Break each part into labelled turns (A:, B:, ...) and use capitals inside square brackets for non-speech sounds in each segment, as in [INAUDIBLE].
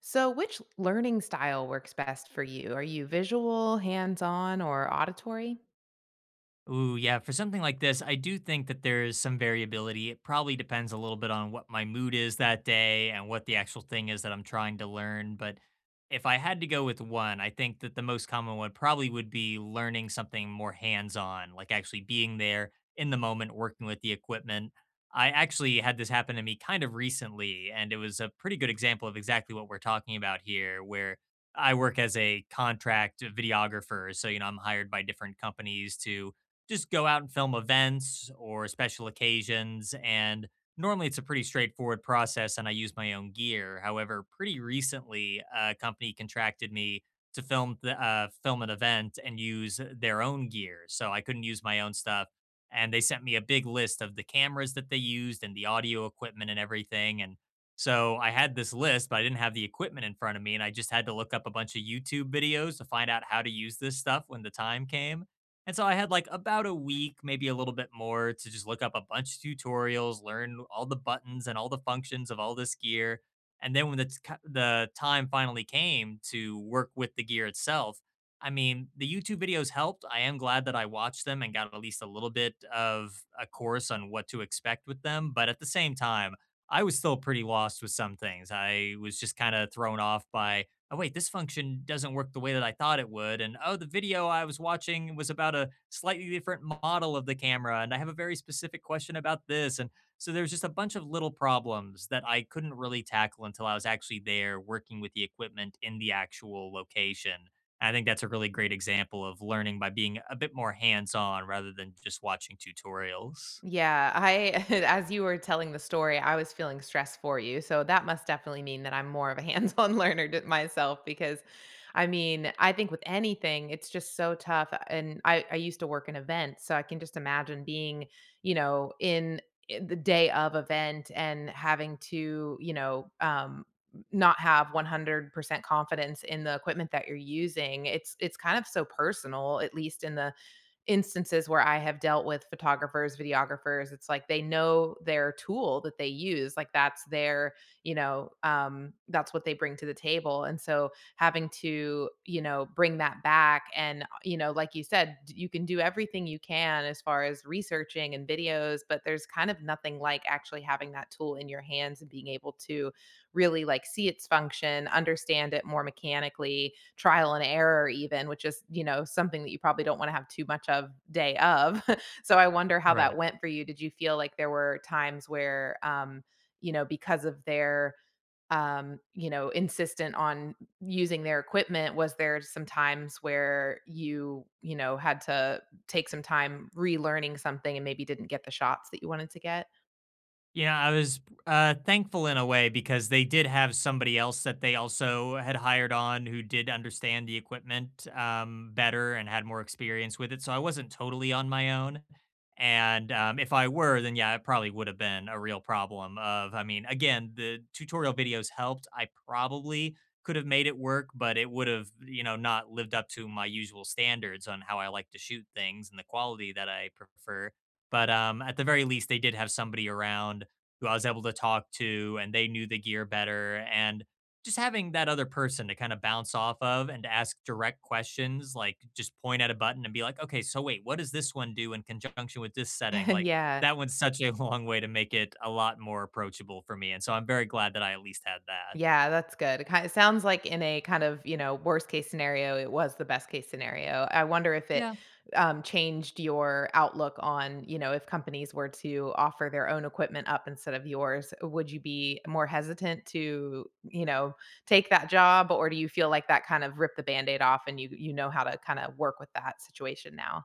A: So, which learning style works best for you? Are you visual, hands on, or auditory?
B: Ooh, yeah. For something like this, I do think that there is some variability. It probably depends a little bit on what my mood is that day and what the actual thing is that I'm trying to learn. But if I had to go with one, I think that the most common one probably would be learning something more hands on, like actually being there in the moment, working with the equipment. I actually had this happen to me kind of recently, and it was a pretty good example of exactly what we're talking about here, where I work as a contract videographer. So, you know, I'm hired by different companies to just go out and film events or special occasions. And normally it's a pretty straightforward process and I use my own gear. However, pretty recently, a company contracted me to film an event and use their own gear. So I couldn't use my own stuff. And they sent me a big list of the cameras that they used and the audio equipment and everything. And so I had this list, but I didn't have the equipment in front of me. And I just had to look up a bunch of YouTube videos to find out how to use this stuff when the time came, and so I had like about a week, maybe a little bit more, to just look up a bunch of tutorials, learn all the buttons and all the functions of all this gear. And then when the time finally came to work with the gear itself, I mean, the YouTube videos helped. I am glad that I watched them and got at least a little bit of a course on what to expect with them. But at the same time, I was still pretty lost with some things. I was just kind of thrown off by, oh wait, this function doesn't work the way that I thought it would. And oh, the video I was watching was about a slightly different model of the camera. And I have a very specific question about this. And so there's just a bunch of little problems that I couldn't really tackle until I was actually there working with the equipment in the actual location. And I think that's a really great example of learning by being a bit more hands on rather than just watching tutorials.
A: Yeah, I [LAUGHS] as you were telling the story, I was feeling stress for you. So that must definitely mean that I'm more of a hands-on [LAUGHS] learner to myself because I think with anything, it's just so tough. And I used to work in events, so I can just imagine being, you know, in the day of event and having to, not have 100% confidence in the equipment that you're using. It's kind of so personal, at least in the instances where I have dealt with photographers, videographers. It's like they know their tool that they use. Like that's their, that's what they bring to the table. And so having to, you know, bring that back and, you know, like you said, you can do everything you can as far as researching and videos, but there's kind of nothing like actually having that tool in your hands and being able to really like see its function, understand it more mechanically, trial and error even, which is, you know, something that you probably don't want to have too much of day of. [LAUGHS] So I wonder how that
B: Right.
A: went for you. Did you feel like there were times where you know, because of their you know, insistent on using their equipment, was there some times where you know, had to take some time relearning something and maybe didn't get the shots that you wanted to get?
B: You know, I was thankful in a way because they did have somebody else that they also had hired on who did understand the equipment better and had more experience with it. So I wasn't totally on my own. And if I were, then yeah, it probably would have been a real problem. Of, I mean, again, the tutorial videos helped. I probably could have made it work, but it would have, you know, not lived up to my usual standards on how I like to shoot things and the quality that I prefer, but at the very least they did have somebody around who I was able to talk to and they knew the gear better. And just having that other person to kind of bounce off of and to ask direct questions, like just point at a button and be like, okay, so wait, what does this one do in conjunction with this setting?
A: [LAUGHS]
B: Like
A: Yeah.
B: that went such a [LAUGHS] long way to make it a lot more approachable for me. And so I'm very glad that I at least had that.
A: Yeah, that's good. It kind of sounds like in a kind of, you know, worst case scenario, it was the best case scenario. I wonder if it
B: Yeah.
A: changed your outlook on, you know, if companies were to offer their own equipment up instead of yours, would you be more hesitant to, you know, take that job, or do you feel like that kind of ripped the band-aid off and you know, how to kind of work with that situation now?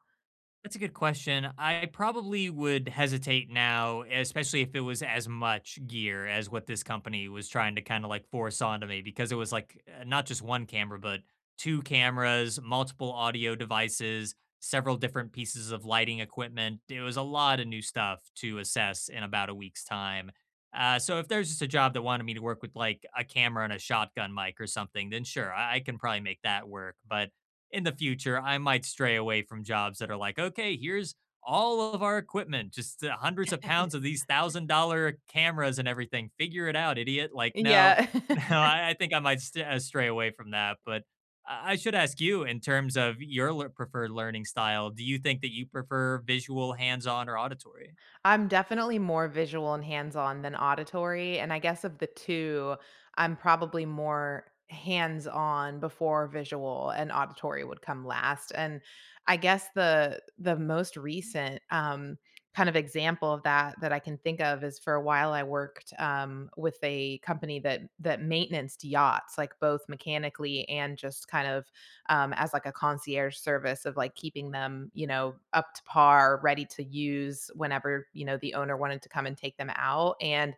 B: That's a good question. I probably would hesitate now, especially if it was as much gear as what this company was trying to kind of like force onto me, because it was like, not just one camera, but two cameras, multiple audio devices, several different pieces of lighting equipment. It was a lot of new stuff to assess in about a week's time. So if there's just a job that wanted me to work with like a camera and a shotgun mic or something, then sure, I can probably make that work. But in the future, I might stray away from jobs that are like, okay, here's all of our equipment, just hundreds of pounds of these $1,000 cameras and everything. Figure it out, idiot. Like, no,
A: Yeah.
B: [LAUGHS]
A: [LAUGHS]
B: no, I think I might stray away from that. But I should ask you, in terms of your preferred learning style, do you think that you prefer visual, hands on, or auditory?
A: I'm definitely more visual and hands-on than auditory, and I guess of the two, I'm probably more hands-on before visual, and auditory would come last. And I guess the most recent, kind of example of that, that I can think of is for a while I worked, with a company that maintenanced yachts, like, both mechanically and just kind of as like a concierge service of like keeping them, you know, up to par, ready to use whenever, you know, the owner wanted to come and take them out. And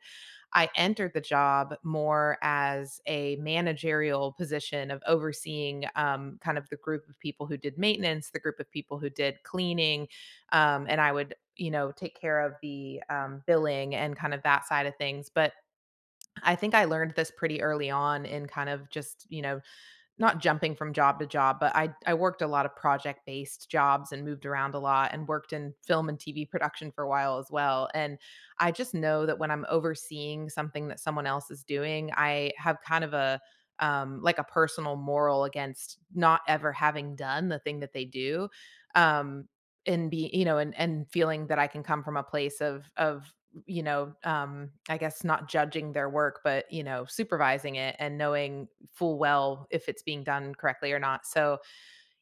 A: I entered the job more as a managerial position of overseeing kind of the group of people who did maintenance, the group of people who did cleaning. And I would, you know, take care of the billing and kind of that side of things. But I think I learned this pretty early on in kind of just, you know, not jumping from job to job, but I worked a lot of project-based jobs and moved around a lot and worked in film and TV production for a while as well. And I just know that when I'm overseeing something that someone else is doing, I have kind of a like a personal moral against not ever having done the thing that they do. Um and be, you know, and feeling that I can come from a place of you know, I guess not judging their work, but you know, supervising it and knowing full well if it's being done correctly or not. So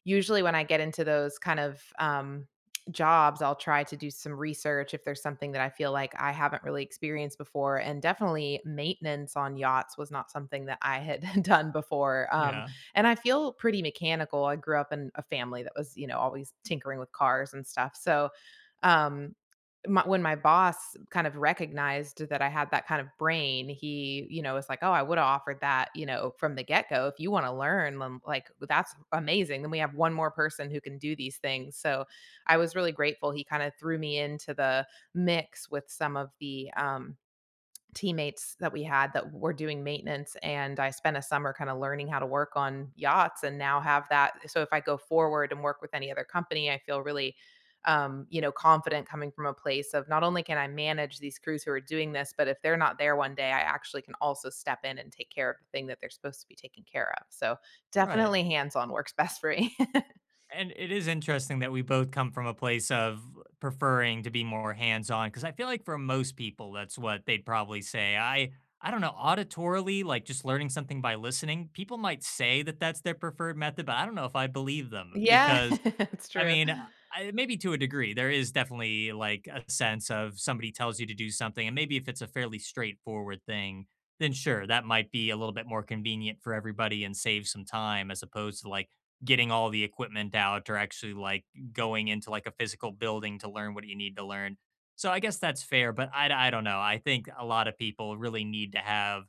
A: usually when I get into those kind of jobs, I'll try to do some research if there's something that I feel like I haven't really experienced before. And definitely maintenance on yachts was not something that I had [LAUGHS] done before.
B: Yeah,
A: And I feel pretty mechanical. I grew up in a family that was, you know, always tinkering with cars and stuff. So um my, when my boss kind of recognized that I had that kind of brain, he, you know, was like, "Oh, I would have offered that, you know, from the get go. If you want to learn, like that's amazing. Then we have one more person who can do these things." So I was really grateful. He kind of threw me into the mix with some of the teammates that we had that were doing maintenance, and I spent a summer kind of learning how to work on yachts, and now have that. So if I go forward and work with any other company, I feel really you know, confident coming from a place of, not only can I manage these crews who are doing this, but if they're not there one day, I actually can also step in and take care of the thing that they're supposed to be taking care of. So
B: right.
A: definitely hands on works best for me. [LAUGHS]
B: And it is interesting that we both come from a place of preferring to be more hands-on, on because I feel like for most people, that's what they'd probably say. I don't know, auditorily, like, just learning something by listening, people might say that that's their preferred method, but I don't know if I believe them.
A: Yeah, [LAUGHS]
B: Because,
A: it's
B: I
A: true.
B: mean, I maybe to a degree. There is definitely, like, a sense of somebody tells you to do something, and maybe if it's a fairly straightforward thing, then sure, that might be a little bit more convenient for everybody and save some time, as opposed to, like, getting all the equipment out, or actually, like, going into, like, a physical building to learn what you need to learn. So I guess that's fair, but I don't know. I think a lot of people really need to have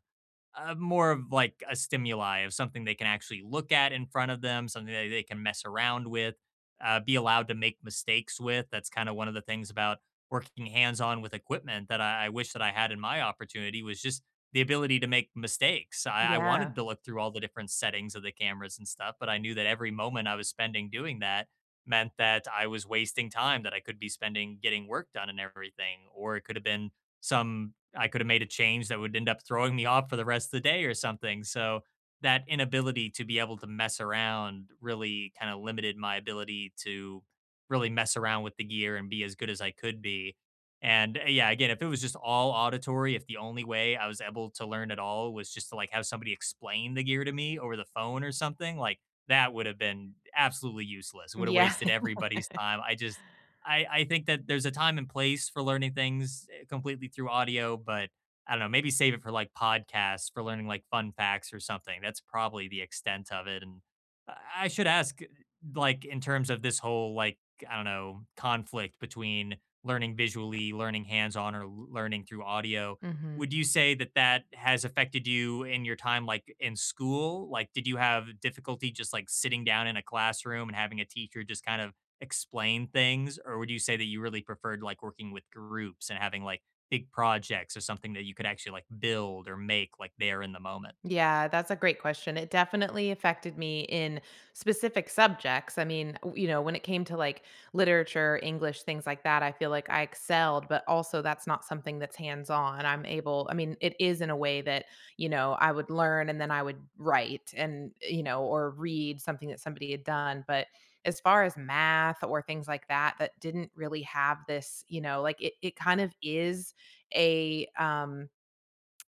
B: more of like a stimuli of something they can actually look at in front of them, something that they can mess around with, be allowed to make mistakes with. That's kind of one of the things about working hands on with equipment, that I wish that I had in my opportunity, was just the ability to make mistakes. I
A: Yeah.
B: wanted to look through all the different settings of the cameras and stuff, but I knew that every moment I was spending doing that meant that I was wasting time that I could be spending getting work done and everything, or it could have been some, I could have made a change that would end up throwing me off for the rest of the day or something. So that inability to be able to mess around really kind of limited my ability to really mess around with the gear and be as good as I could be. And yeah, again, if it was just all auditory, if the only way I was able to learn at all was just to like have somebody explain the gear to me over the phone or something, like that would have been absolutely useless. It would have
A: Yeah.
B: wasted everybody's time. I just I think that there's a time and place for learning things completely through audio, but I don't know, maybe save it for like podcasts for learning like fun facts or something. That's probably the extent of it. And I should ask, like, in terms of this whole like, I don't know, conflict between learning visually, learning hands-on, or learning through audio.
A: [LAUGHS] Mhm.
B: Would you say that that has affected you in your time, like in school? Like, did you have difficulty just like sitting down in a classroom and having a teacher just kind of explain things, or would you say that you really preferred like working with groups and having like big projects or something that you could actually like build or make like there in the moment?
A: Yeah, that's a great question. It definitely affected me in specific subjects. I mean, you know, when it came to like literature, English, things like that, I feel like I excelled, but also that's not something that's hands on. I'm able, I mean, it is in a way that, you know, I would learn and then I would write and, you know, or read something that somebody had done. But as far as math or things like that, that didn't really have this, you know, like it kind of is a,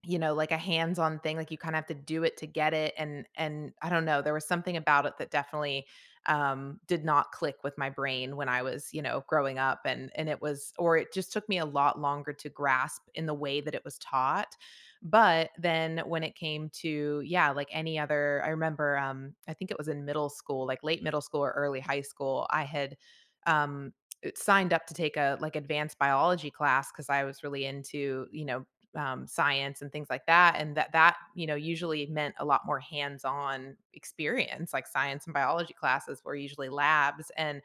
A: you know, like a hands-on thing, like you kinda have to do it to get it, and I don't know, there was something about it that definitely, did not click with my brain when I was, you know, growing up, and it was, or it just took me a lot longer to grasp in the way that it was taught. But then when it came to, yeah, like any other, I remember, I think it was in middle school, like late middle school or early high school, I had, um, it signed up to take a, like, advanced biology class because I was really into, you know, science and things like that, and that you know, usually meant a lot more hands-on experience. Like science and biology classes were usually labs. And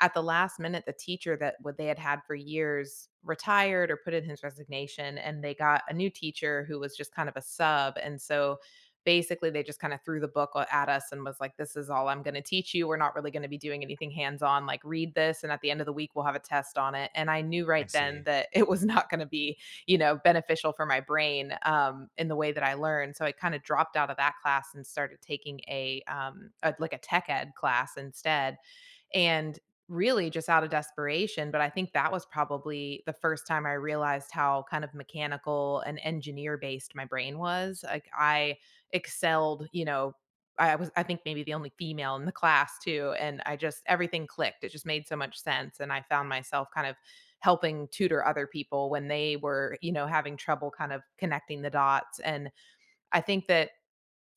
A: at the last minute, the teacher that what they had had for years retired or put in his resignation, and they got a new teacher who was just kind of a sub. And so basically they just kind of threw the book at us and was like, this is all I'm going to teach you, we're not really going to be doing anything hands on, like read this and at the end of the week we'll have a test on it. And I knew right
B: I
A: then
B: see.
A: that [LAUGHS] it was not going to be, you know, beneficial for my brain, in the way that I learned. So I kind of dropped out of that class and started taking a, like a tech ed class instead. And really just out of desperation. But I think that was probably the first time I realized how kind of mechanical and engineer based my brain was. Like I excelled, you know, I was, I think, maybe the only female in the class too. And I just, everything clicked. It just made so much sense. And I found myself kind of helping tutor other people when they were, you know, having trouble kind of connecting the dots. And I think that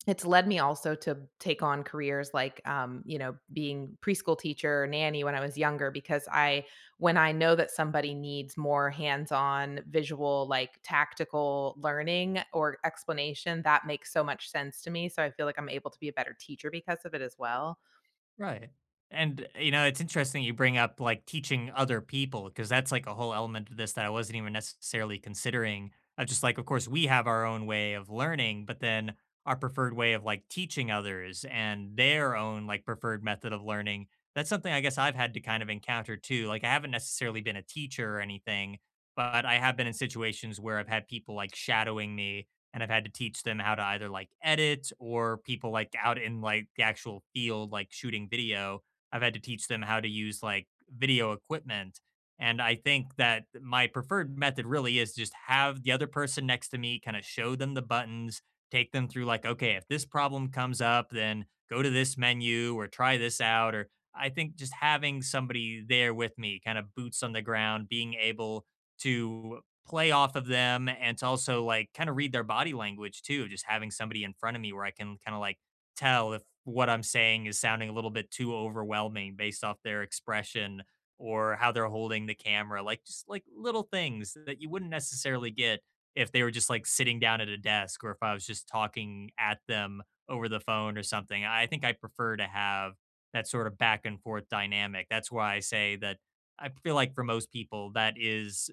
A: it's led me also to take on careers like, you know, being preschool teacher, nanny when I was younger, because I when I know that somebody needs more hands-on, visual, like, tactical learning or explanation, that makes so much sense to me, so I feel like I'm able to be a better teacher because of it as well.
B: Right. And, you know, it's interesting you bring up like teaching other people, because that's like a whole element of this that I wasn't even necessarily considering. Of just like, of course, we have our own way of learning, but then our preferred way of like teaching others and their own like preferred method of learning. That's something I guess I've had to kind of encounter too. Like, I haven't necessarily been a teacher or anything, but I have been in situations where I've had people like shadowing me, and I've had to teach them how to either like edit, or people like out in like the actual field, like shooting video. I've had to teach them how to use like video equipment. And I think that my preferred method really is just have the other person next to me, kind of show them the buttons, take them through like, okay, if this problem comes up, then go to this menu or try this out. Or I think just having somebody there with me, kind of boots on the ground, being able to play off of them and to also like kind of read their body language too. Just having somebody in front of me where I can kind of like tell if what I'm saying is sounding a little bit too overwhelming based off their expression or how they're holding the camera, like just like little things that you wouldn't necessarily get if they were just like sitting down at a desk or if I was just talking at them over the phone or something. I think I prefer to have that sort of back and forth dynamic. That's why I say that I feel like for most people, that is,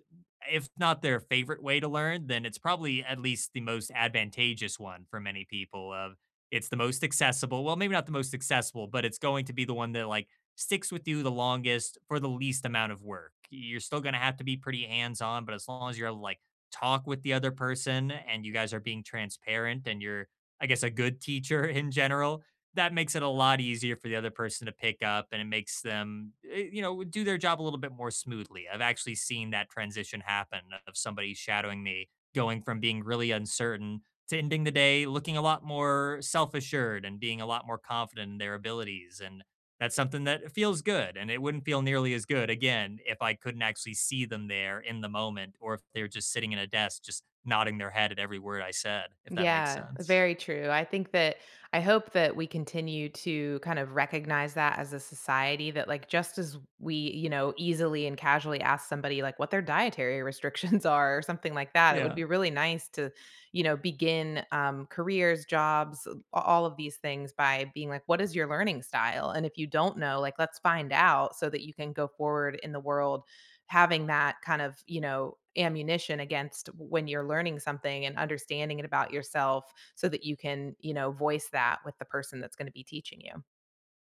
B: if not their favorite way to learn, then it's probably at least the most advantageous one for many people. Of, it's the most accessible. Well, maybe not the most accessible, but it's going to be the one that like sticks with you the longest for the least amount of work. You're still going to have to be pretty hands on, but as long as you're able to like talk with the other person and you guys are being transparent and you're, I guess, a good teacher [LAUGHS] in general, that makes it a lot easier for the other person to pick up, and it makes them you know, do their job a little bit more smoothly. I've actually seen that transition happen, of somebody shadowing me going from being really uncertain to ending the day looking a lot more self-assured and being a lot more confident in their abilities. And that's something that feels good, and it wouldn't feel nearly as good again if I couldn't actually see them there in the moment, or if they're just sitting in a desk just nodding their head at every word I said, if that makes
A: Yeah,
B: sense.
A: very true. I think that I hope that we continue to kind of recognize that as a society, that like just as we, you know, easily and casually ask somebody like what their dietary [LAUGHS] restrictions are or something like that, it would
B: Yeah.
A: be really nice to, you know, begin careers, jobs, all of these things by being like, what is your learning style? And if you don't know, like, let's find out so that you can go forward in the world having that kind of, you know, ammunition against when you're learning something and understanding it about yourself so that you can, you know, voice that with the person that's going to be teaching you.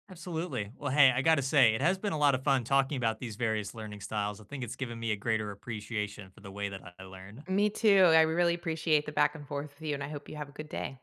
B: Absolutely. Well, hey, I got to say, it has been a lot of fun talking about these various learning styles. I think it's given me a greater appreciation for the way that I learn.
A: Me too. I really appreciate the back and forth with you, and I hope you have a good day.